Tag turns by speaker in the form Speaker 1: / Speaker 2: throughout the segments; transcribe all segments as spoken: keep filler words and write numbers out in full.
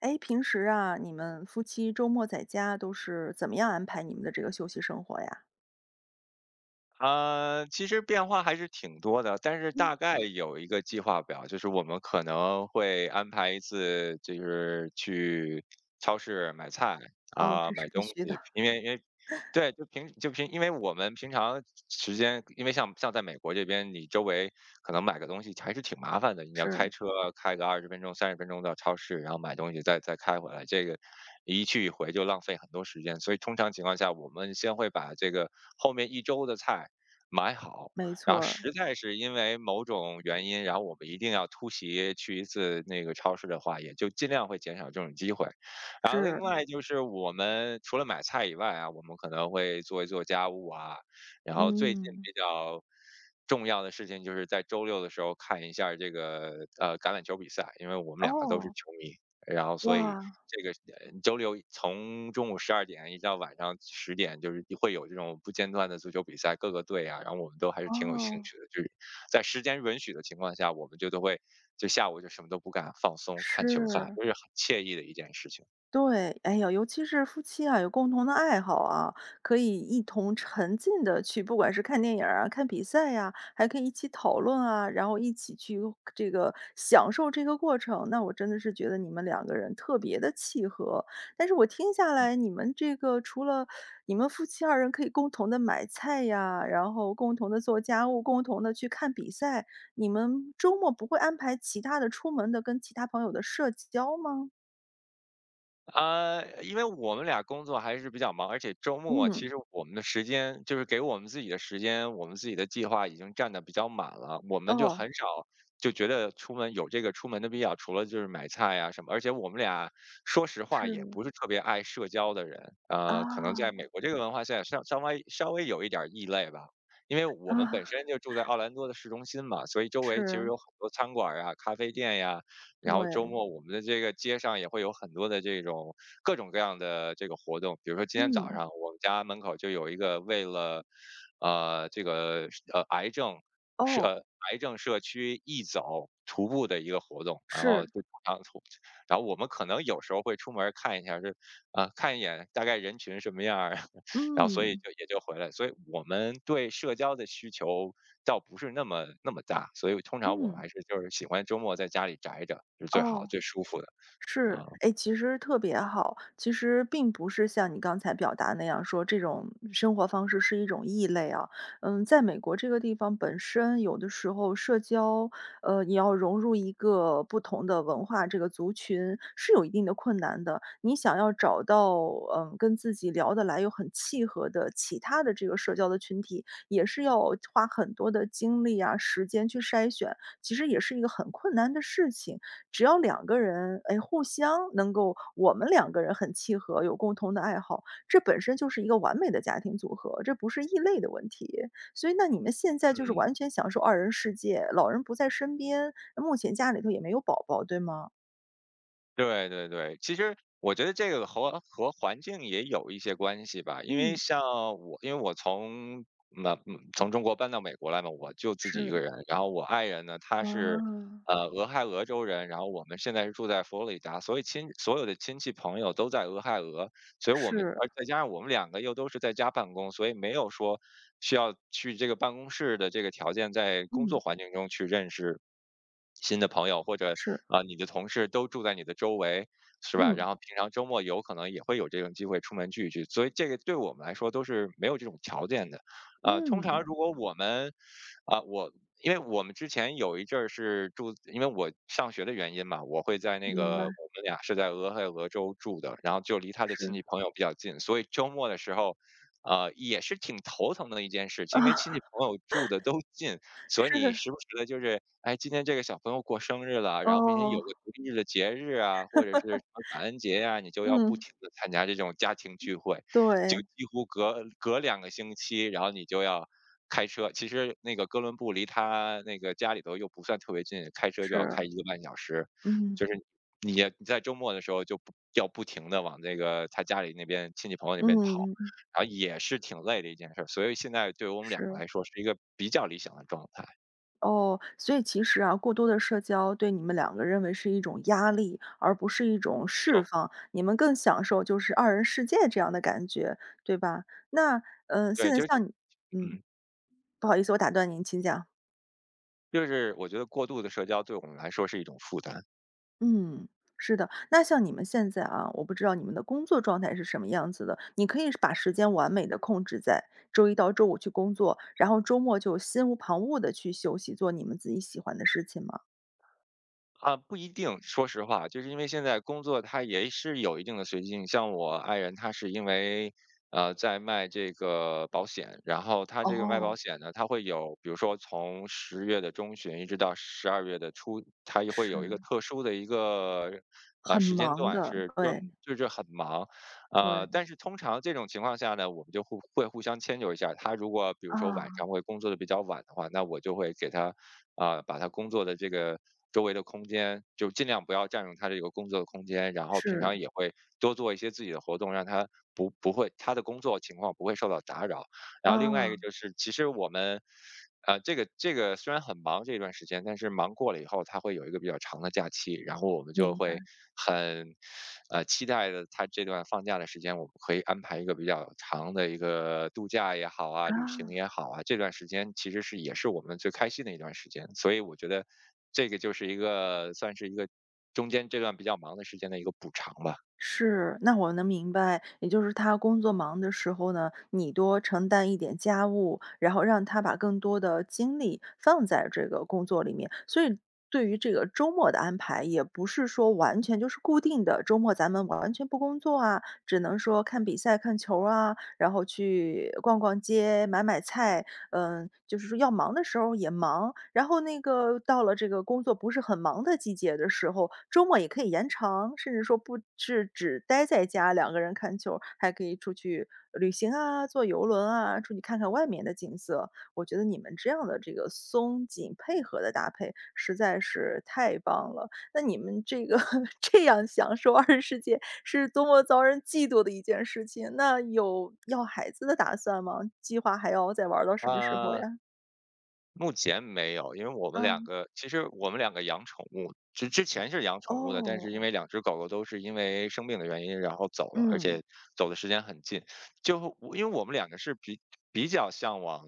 Speaker 1: 哎，平时啊，你们夫妻周末在家都是怎么样安排你们的这个休息生活呀？
Speaker 2: 呃，其实变化还是挺多的，但是
Speaker 1: 嗯。
Speaker 2: 大概嗯有一个计划表，就是我们可能会安排一次，就是去超市买菜，
Speaker 1: 哦，
Speaker 2: 啊，
Speaker 1: 这
Speaker 2: 买
Speaker 1: 是必
Speaker 2: 东
Speaker 1: 须的，
Speaker 2: 西。因为因为对，就平就平因为我们平常时间因为像像在美国这边，你周围可能买个东西还是挺麻烦的，你要开
Speaker 1: 是，
Speaker 2: 车开个二十分钟、三十分钟到超市，然后买东西再再开回来，这个一去一回就浪费很多时间。所以通常情况下，我们先会把这个后面一周的菜买好，
Speaker 1: 没
Speaker 2: 然
Speaker 1: 错
Speaker 2: 后
Speaker 1: 儿，
Speaker 2: 实在是因为某种原因，然后我们一定要突袭去一次那个超市的话，也就尽量会减少这种机会。然后另
Speaker 1: 是，
Speaker 2: 外就是我们除了买菜以外啊，我们可能会做一做家务啊，然后最近
Speaker 1: 嗯，
Speaker 2: 比较重要的事情就是在周六的时候看一下儿这个呃橄榄球比赛，因为我们两个都是
Speaker 1: 哦，
Speaker 2: 球迷。然后所以
Speaker 1: 哇，
Speaker 2: 这个呃周六从中午十二点一直到晚上十点，就是会有这种不间断的足球比赛，各个队啊，然后我们都还是挺有兴
Speaker 1: 哦，
Speaker 2: 趣的。就是在时间允许的情况下，我们就都会就下午就什么都不干，放松看球赛，
Speaker 1: 是。
Speaker 2: 就是很惬意的一件事情。
Speaker 1: 对，哎呀，尤其是夫妻啊，有共同的爱好啊，可以一同沉浸的去，不管是看电影儿啊、看比赛呀、还可以一起讨论啊，然后一起去这个享受这个过程。那我真的是觉得你们两个人特别的契合。但是我听下来，你们这个除了你们夫妻二人可以共同的买菜呀，然后共同的做家务，共同的去看比赛，你们周末不会安排其他的出门的跟其他朋友的社交吗？
Speaker 2: 呃，因为我们俩工作还是比较忙，而且周末
Speaker 1: 嗯，
Speaker 2: 其实我们的时间，就是给我们自己的时间，我们自己的计划已经占的比较满了，我们就
Speaker 1: 哦。
Speaker 2: 很少就觉得出门有这个出门的必要，除了就是买菜呀、什么。而且我们俩说实话也
Speaker 1: 是，
Speaker 2: 不是特别爱社交的人，呃，可能在美
Speaker 1: 啊，
Speaker 2: 国这个文化下稍稍微稍微有一点儿异类吧。因为我们本
Speaker 1: 啊，
Speaker 2: 身就住在奥兰多的市中心嘛，所以周围其实
Speaker 1: 是，
Speaker 2: 有很多餐馆儿呀、咖啡店呀，然后
Speaker 1: 对，
Speaker 2: 周末我们的这个街上也会有很多的这种各种各样的这个活动，比如说今天早
Speaker 1: 嗯，
Speaker 2: 上我们家门口就有一个为了，呃，这个呃癌症社
Speaker 1: 哦，
Speaker 2: 呃癌症社区义走徒步的一个活动，然后
Speaker 1: 是，
Speaker 2: 就然后然后我们可能有时候会出门看一下就这啊、呃看一眼大概人群什么样儿，然后所以
Speaker 1: 嗯，
Speaker 2: 就也就回来，所以我们对社交的需求倒不是那么那么大，所以通常我们
Speaker 1: 嗯，
Speaker 2: 还是就是喜欢周末在家里宅着是最好、
Speaker 1: 哦。
Speaker 2: 最舒服的
Speaker 1: 是，
Speaker 2: 啊。
Speaker 1: 哎，其实特别好。其实并不是像你刚才表达那样说，这种生活方式是一种异类啊。嗯，在美国这个地方本身，有的时候社交，呃，你要融入一个不同的文化，这个族群是有一定的困难的。你想要找到，嗯，跟自己聊得来又很契合的其他的这个社交的群体，也是要花很多的精力啊、时间去筛选，其实也是一个很困难的事情。只要两个人，哎，互相能够我们两个人很契合，有共同的爱好，这本身就是一个完美的家庭组合，这不是异类的问题。所以那你们现在就是
Speaker 2: 嗯，
Speaker 1: 完全享受二人世界，老人不在身边，目前家里头也没有宝宝，对吗？
Speaker 2: 对对对，其实我觉得这个和和环境也有一些关系吧，因为
Speaker 1: 嗯。
Speaker 2: 像我，因为我从那嗯从中国搬到美国来嘛，我就自己一个
Speaker 1: 是，
Speaker 2: 人，然后我爱人呢，他是，
Speaker 1: 啊，
Speaker 2: 呃，俄亥俄州人，然后我们现在是住在佛罗里达，所以亲所有的亲戚朋友都在俄亥俄，所以我们
Speaker 1: 是，
Speaker 2: 而再加上我们两个又都是在家办公，所以没有说需要去这个办公室的这个条件，在工作
Speaker 1: 嗯。
Speaker 2: 环境中去认识新的朋友，或者
Speaker 1: 是。
Speaker 2: 啊、你的同事都住在你的周围，是吧？然
Speaker 1: 嗯，
Speaker 2: 后平常周末有可能也会有这种机会出门聚一聚，所以这个对我们来说都是没有这种条件的。啊，通常
Speaker 1: 嗯。
Speaker 2: 如果我们啊、我因为我们之前有一阵儿是住，因为我上学的原因嘛，我会在那
Speaker 1: 明
Speaker 2: 个
Speaker 1: 白，
Speaker 2: 我们俩是在俄亥俄州住的，然后就离他的亲
Speaker 1: 是。
Speaker 2: 戚朋友比较近，所以周末的时候，呃，也是挺头疼的一件事，因为
Speaker 1: 啊，
Speaker 2: 亲戚朋友住的都近，所以你
Speaker 1: 是，
Speaker 2: 时不时的就是，哎，今天这个小朋友过生日了，然后明天有
Speaker 1: 哦。
Speaker 2: 个独立日的节日啊，或者是什么感恩节呀、你就要不
Speaker 1: 嗯，
Speaker 2: 停的参加这种家庭聚会，就
Speaker 1: 对。
Speaker 2: 几乎隔隔两个星期，然后你就要开车，其实那个哥伦布离他那个家里头又不算特别近，开车就要开
Speaker 1: 是。
Speaker 2: 一个半小时，
Speaker 1: 嗯，
Speaker 2: 就是你也你在周末的时候就不要不停的往那个他家里那边亲戚朋友那边跑，
Speaker 1: 嗯。
Speaker 2: 然后也是挺累的一件事儿。所以现在对于我们两个
Speaker 1: 是。
Speaker 2: 来说是一个比较理想的状态，
Speaker 1: 哦，所以其实啊，过多的社交对你们两个认为是一种压力，而不是一种释
Speaker 2: 有
Speaker 1: 放。你们更享受就是二人世界这样的感觉，对吧？那，嗯，现
Speaker 2: 对，
Speaker 1: 在
Speaker 2: 就是
Speaker 1: 像你嗯，
Speaker 2: 嗯，
Speaker 1: 不好意思，我打断您，请讲。
Speaker 2: 就是我觉得过度的社交对我们来说是一种负担。
Speaker 1: 嗯，是的。那像你们现在啊，我不知道你们的工作状态是什么样子的，你可以把时间完美的控制在周一到周五去工作，然后周末就心无旁骛的去休息，做你们自己喜欢的事情吗？
Speaker 2: 啊，不一定。说实话，就是因为现在工作它也是有一定的随机性。像我爱人，她是因为呃在卖这个保险，然后他这个卖保
Speaker 1: 哦，
Speaker 2: 险呢，他会有，比如说从十月的中旬一直到十二月的初，他也会有一个
Speaker 1: 是。
Speaker 2: 特殊的一个呃
Speaker 1: 很
Speaker 2: 时间
Speaker 1: 忙
Speaker 2: 段
Speaker 1: 的，
Speaker 2: 是专
Speaker 1: 对，
Speaker 2: 门就是很忙，呃，
Speaker 1: 对，
Speaker 2: 但是通常这种情况下呢，我们就互会互相迁就一下。他如果比如说晚
Speaker 1: 啊，
Speaker 2: 上会工作的比较晚的话，那我就会给他。啊，把他工作的这个周围的空间，就尽量不要占用他这个工作的空间，然后平
Speaker 1: 是，
Speaker 2: 常也会多做一些自己的活动，让他不不会他的工作情况不会受到打扰。然后另外一个
Speaker 1: 啊，
Speaker 2: 就是，其实我们，呃，这个这个虽然很忙这段时间，但是忙过了以后，它会有一个比较长的假期，然后我们就
Speaker 1: 明白，
Speaker 2: 会很，呃，期待的它这段放假的时间，我们可以安排一个比较长的一个度假也好啊，旅行
Speaker 1: 啊，
Speaker 2: 也好啊，这段时间其实是也是我们最开心的一段时间，所以我觉得这个就是一个算是一个中间这段比较忙的时间的一个补偿吧。
Speaker 1: 是，那我能明白，也就是他工作忙的时候呢，你多承担一点家务，然后让他把更多的精力放在这个工作里面，所以对于这个周末的安排，也不是说完全就是固定的，周末咱们完全不工作啊，只能说看比赛、看球啊，然后去逛逛街、买买菜，嗯，就是说要忙的时候也忙，然后那个到了这个工作不是很忙的季节的时候，周末也可以延长，甚至说不是只待在家两个人看球儿还可以出去旅行啊，坐游轮啊，出去看看外面的景色。我觉得你们这样的这个松紧配合的搭配实在是太棒了。那你们这个 这样享受二人世界，是多么遭人嫉妒的一件事情。那有要孩子的打算吗？计划还要再玩到什么时候
Speaker 2: 啊、
Speaker 1: 呀？
Speaker 2: 目前没有，因为我们两
Speaker 1: 啊，
Speaker 2: 个其实我们两个养宠物，之之前是养宠物的，但是因
Speaker 1: 哦，
Speaker 2: 为两只狗狗都是因为生病的原因，然后走了，而
Speaker 1: 嗯，
Speaker 2: 且走的时间很近。就我因为我们两个是比比较向往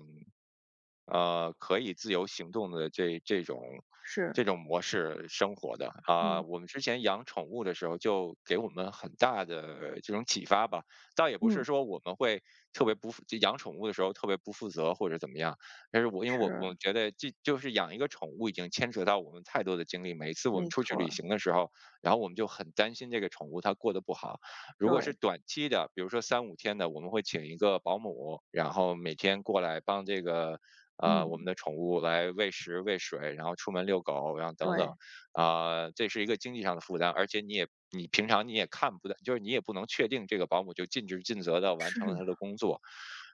Speaker 2: 呃，可以自由行动的这这种
Speaker 1: 是，
Speaker 2: 这种模式生活的啊、
Speaker 1: 嗯
Speaker 2: 我们之前养宠物的时候，就给我们很大的这种启发吧。倒也不是
Speaker 1: 嗯，
Speaker 2: 说我们会特别不负，就养宠物的时候特别不负责或者怎么样，但是我因为我
Speaker 1: 是，
Speaker 2: 我觉得这就是养一个宠物已经牵扯到我们太多的精力。每一次我们
Speaker 1: 没
Speaker 2: 出去
Speaker 1: 错
Speaker 2: 旅
Speaker 1: 儿
Speaker 2: 行的时候，然后我们就很担心这个宠物它过得不好。如果是
Speaker 1: 对，
Speaker 2: 短期的，比如说三五天的，我们会请一个保姆，然后每天过来帮这个呃，我们
Speaker 1: 嗯，
Speaker 2: 的宠物来喂食、喂水，然后出门遛狗，然后等等，
Speaker 1: 对，
Speaker 2: 啊、这是一个经济上的负担，而且你也你平常你也看不到，就是你也不能确定这个保姆就尽职尽责的完
Speaker 1: 是
Speaker 2: 成了
Speaker 1: 呢，
Speaker 2: 他的工作，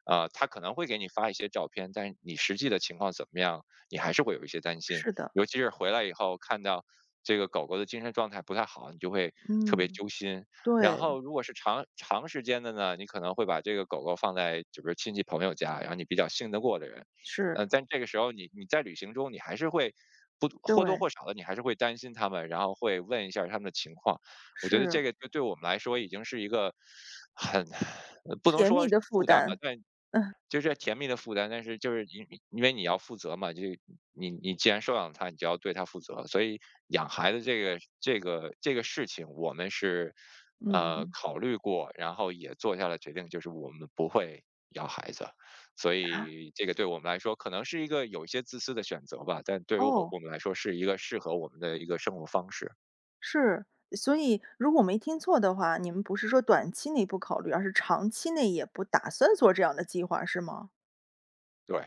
Speaker 2: 啊、他可能会给你发一些照片，但是你实际的情况怎么样，你还是会有一些担心，
Speaker 1: 是的，
Speaker 2: 尤其是回来以后看到这个狗狗的精神状态不太好，你就会特别
Speaker 1: 嗯，
Speaker 2: 揪心。然
Speaker 1: 对，
Speaker 2: 后如果是长长时间的呢，你可能会把这个狗狗放在就是亲戚朋友家，然后你比较信得过的人，
Speaker 1: 是，
Speaker 2: 呃，但这个时候你你在旅行中，你还是会不
Speaker 1: 对，
Speaker 2: 或多或少的，你还是会担心他们，然后会问一下儿他们的情况。我觉得
Speaker 1: 是
Speaker 2: 这个对对我们来说已经是一个很 不能
Speaker 1: 甜
Speaker 2: 说
Speaker 1: 蜜
Speaker 2: 是
Speaker 1: 的负
Speaker 2: 负担吧，
Speaker 1: 担，
Speaker 2: 但就是甜蜜的负担，但是就是因因为你要负责嘛，就你你既然收养他，你就要对他负责。所以养孩子这个这个这个事情，我们是呃
Speaker 1: 嗯，
Speaker 2: 考虑过，然后也做下了决定，就是我们不会要孩子。所以这个对我们来说，可能是一个有一些自私的选择吧，但对于我
Speaker 1: 哦。
Speaker 2: 我们来说，是一个适合我们的一个生活方式。
Speaker 1: 是，所以如果我没听错的话，你们不是说短期内不考虑，而是长期内也不打算做这样的计划，是吗？
Speaker 2: 对，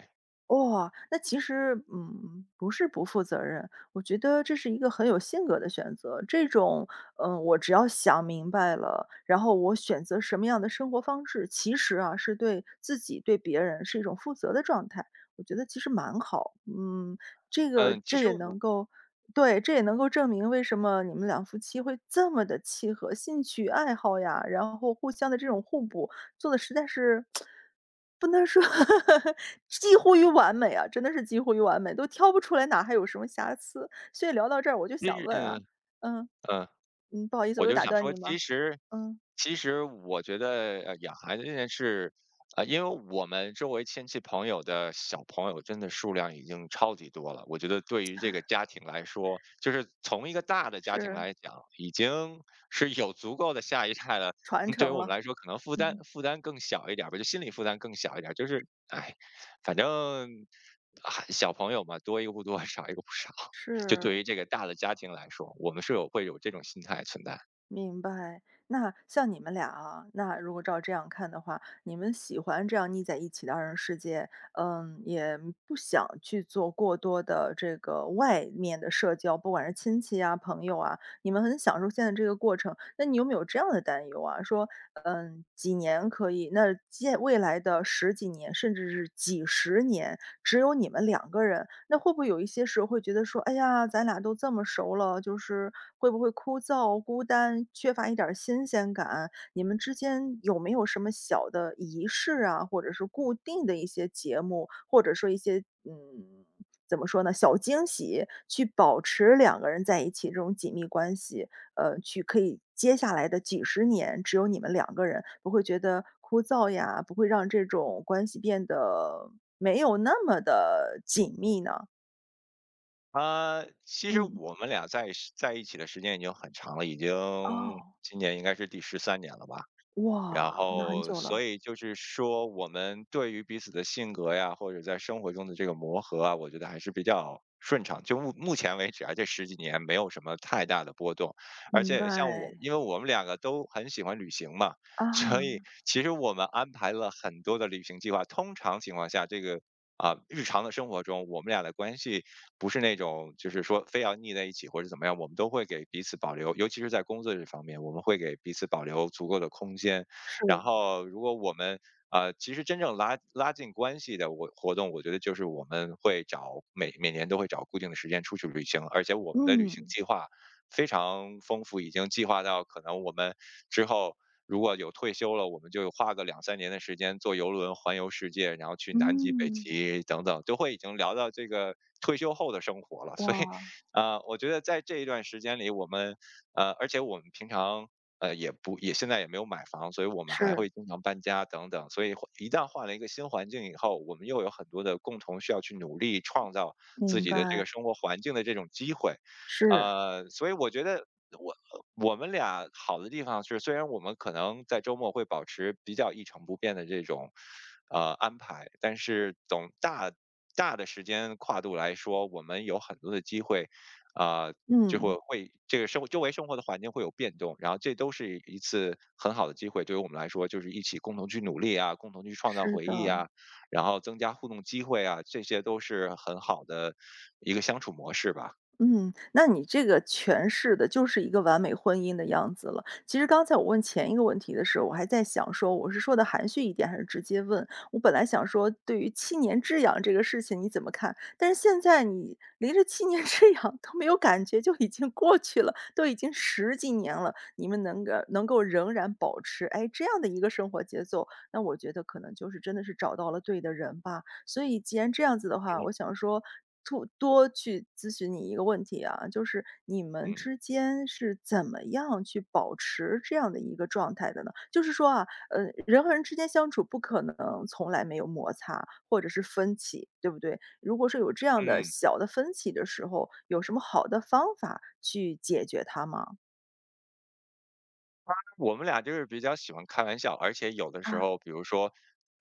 Speaker 1: 哇，那其实，嗯，不是不负责任，我觉得这是一个很有性格的选择。这种，嗯，我只要想明白了，然后我选择什么样的生活方式，其实啊，是对自己、对别人是一种负责的状态。我觉得其实蛮好，嗯，这个
Speaker 2: 嗯，其
Speaker 1: 这
Speaker 2: 实
Speaker 1: 也
Speaker 2: 我
Speaker 1: 能够，对，这也能够证明为什么你们两夫妻会这么的契合，兴趣爱好呀，然后互相的这种互补，做的实在是 不能说 几乎于完美啊，真的是几乎于完美，都挑不出来哪还有什么瑕疵。所以聊到这儿我就
Speaker 2: 其
Speaker 1: 想
Speaker 2: 实
Speaker 1: 问
Speaker 2: 嗯
Speaker 1: 啊，嗯，
Speaker 2: 嗯。
Speaker 1: 嗯，不好意思，
Speaker 2: 我
Speaker 1: 我又
Speaker 2: 就
Speaker 1: 打
Speaker 2: 想
Speaker 1: 断
Speaker 2: 说，
Speaker 1: 你
Speaker 2: 其
Speaker 1: 吗？
Speaker 2: 实
Speaker 1: 嗯，
Speaker 2: 其实我觉得，呃，养孩子这件事，呃，因为我们周围亲戚朋友的小朋友真的数量已经超级多了。我觉得对于这个家庭来说，就是从一个大的家庭
Speaker 1: 是
Speaker 2: 来讲，已经是有足够的下一代了。嗯
Speaker 1: 传
Speaker 2: 对于
Speaker 1: 承
Speaker 2: 我们
Speaker 1: 了，
Speaker 2: 来说，可能负担
Speaker 1: 嗯，
Speaker 2: 负担更小一点儿吧，就心理负担更小一点儿。就是，哎，反正还小朋友嘛，多一个不多，少一个不少。就
Speaker 1: 是，
Speaker 2: 对于这个大的家庭来说，我们是有会有这种心态存在。
Speaker 1: 明白。那像你们俩啊，那如果照这样看的话，你们喜欢这样腻在一起的二人世界，嗯，也不想去做过多的这个外面的社交，不管是亲戚啊、朋友啊，你们很享受现在这个过程。那你有没有这样的担忧啊？说，嗯，几年可以，那接未来的十几年，甚至是几十年，只有你们两个人，那会不会有一些时候会觉得说，哎呀，咱俩都这么熟了，就是会不会枯燥、孤单，缺乏一点儿新鲜感？你们之间有没有什么小的仪式啊，或者是固定的一些节目，或者说一些嗯怎么说呢，小惊喜，去保持两个人在一起这种紧密关系，呃，去可以接下来的几十年只有你们两个人，不会觉得枯燥呀，不会让这种关系变得没有那么的紧密呢？
Speaker 2: 啊，其实
Speaker 1: 嗯，
Speaker 2: 我们俩在是在一起的时间已经很长了，已经
Speaker 1: 哦，
Speaker 2: 今年应该是第十三年了吧。然
Speaker 1: 哇，那很
Speaker 2: 后，
Speaker 1: 久了，
Speaker 2: 所以就是说，我们对于彼此的性格呀，或者在生活中的这个磨合啊，我觉得还是比较顺畅。就目目前为止啊，这十几年没有什么太大的波动。而
Speaker 1: 明白，
Speaker 2: 且像我，因为我们两个都很喜欢旅行嘛，所以
Speaker 1: 啊，
Speaker 2: 其实我们安排了很多的旅行计划。通常情况下，这个啊、日常的生活中，我们俩的关系不是那种就是说非要腻在一起或者怎么样，我们都会给彼此保留，尤其是在工作这方面，我们会给彼此保留足够的空间。
Speaker 1: 是，
Speaker 2: 然后如果我们呃，其实真正拉拉近关系的我活动，我觉得就是我们会找每每年都会找固定的时间出去旅行，而且我们的旅行
Speaker 1: 嗯，
Speaker 2: 计划非常丰富，已经计划到可能我们之后如果有退休了，我们就花个两三年的时间坐游轮环游世界，然后去南极、北
Speaker 1: 嗯，
Speaker 2: 极等等，都会已经聊到这个退休后的生活了。所以，
Speaker 1: 哇，
Speaker 2: 呃，我觉得在这一段时间里，我们呃，而且我们平常。呃，也不也现在也没有买房，所以我们还
Speaker 1: 是，
Speaker 2: 会经常搬家等等。所以一旦换了一个新环境以后，我们又有很多的共同需要去努力创造自
Speaker 1: 明
Speaker 2: 己的这
Speaker 1: 白，
Speaker 2: 个生活环境的这种机会。
Speaker 1: 是，
Speaker 2: 呃，所以我觉得我我们俩好的地方是，虽然我们可能在周末会保持比较一成不变的这种呃安排，但是总大大的时间跨度来说，我们有很多的机会。啊、就
Speaker 1: 嗯，
Speaker 2: 会会这个生活周围生活的环境会有变动，然后这都是一次很好的机会，对于我们来说，就是一起共同去努力啊，共同去创造
Speaker 1: 是
Speaker 2: 回忆
Speaker 1: 的。
Speaker 2: 啊，然后增加互动机会啊，这些都是很好的一个相处模式吧。
Speaker 1: 嗯，那你这个诠释的就是一个完美婚姻的样子了。其实刚才我问前一个问题的时候，我还在想说，我是说的含蓄一点，还是直接问？我本来想说，对于七年之痒这个事情你怎么看？但是现在你连这七年之痒都没有感觉，就已经过去了，都已经十几年了，你们能够能够仍然保持哎这样的一个生活节奏，那我觉得可能就是真的是找到了对的人吧。所以既然这样子的话，我
Speaker 2: 嗯
Speaker 1: 想说，多多去咨询你一个问题啊，就是你们
Speaker 2: 嗯
Speaker 1: 之间是怎么样去保持这样的一个状态的呢？就是说啊，呃，人和人之间相处不可能从来没有摩擦或者是分歧，对不对？如果说有这样的
Speaker 2: 嗯。
Speaker 1: 小的分歧的时候，有什么好的方法去解决它吗？
Speaker 2: 我们俩就是比较喜欢开玩笑，而且有的时
Speaker 1: 啊，
Speaker 2: 候，比如说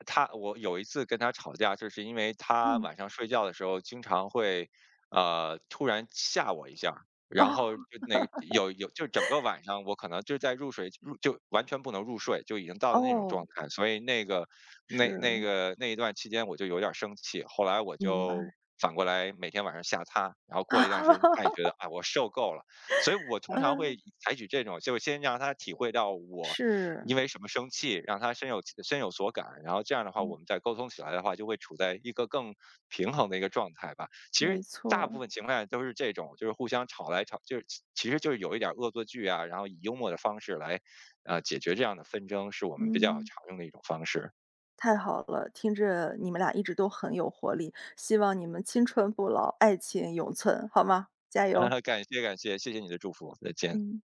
Speaker 2: 他，我有一次跟他吵架，就是因为他
Speaker 1: 嗯，
Speaker 2: 晚上睡觉的时候经常会，呃，突然吓我一下儿然后
Speaker 1: 哦，
Speaker 2: 就那个有有，就整个晚上我可能就在入睡入就完全不能入睡，就已经到了那种状
Speaker 1: 哦，
Speaker 2: 态，所以那个那那
Speaker 1: 是，
Speaker 2: 个那一段期间我就有点儿生气，后来我
Speaker 1: 明白。
Speaker 2: 就反过来每天晚上吓他，然后过了一段时间，他也觉 得啊、我受够了。所以我通常会
Speaker 1: 嗯，
Speaker 2: 采取这种，就先让他体会到我因
Speaker 1: 是，
Speaker 2: 为什么生气，让他深有深有所感，然后这样的话，我
Speaker 1: 嗯，
Speaker 2: 们再沟通起来的话，就会处在一个更平衡的一个状态吧。其实
Speaker 1: 没
Speaker 2: 大部
Speaker 1: 错。
Speaker 2: 分情况下都是这种，就是互相吵来吵，就是其实就是有一点恶作剧啊，然后以幽默的方式来呃解决这样的纷争，是我们比较
Speaker 1: 嗯，
Speaker 2: 常用的一种方式。
Speaker 1: 太好了，听着你们俩一直都很有活力，希望你们青春不老，爱情永存，好吗？加油，
Speaker 2: 感谢感谢，谢谢你的祝福，再见。
Speaker 1: 嗯。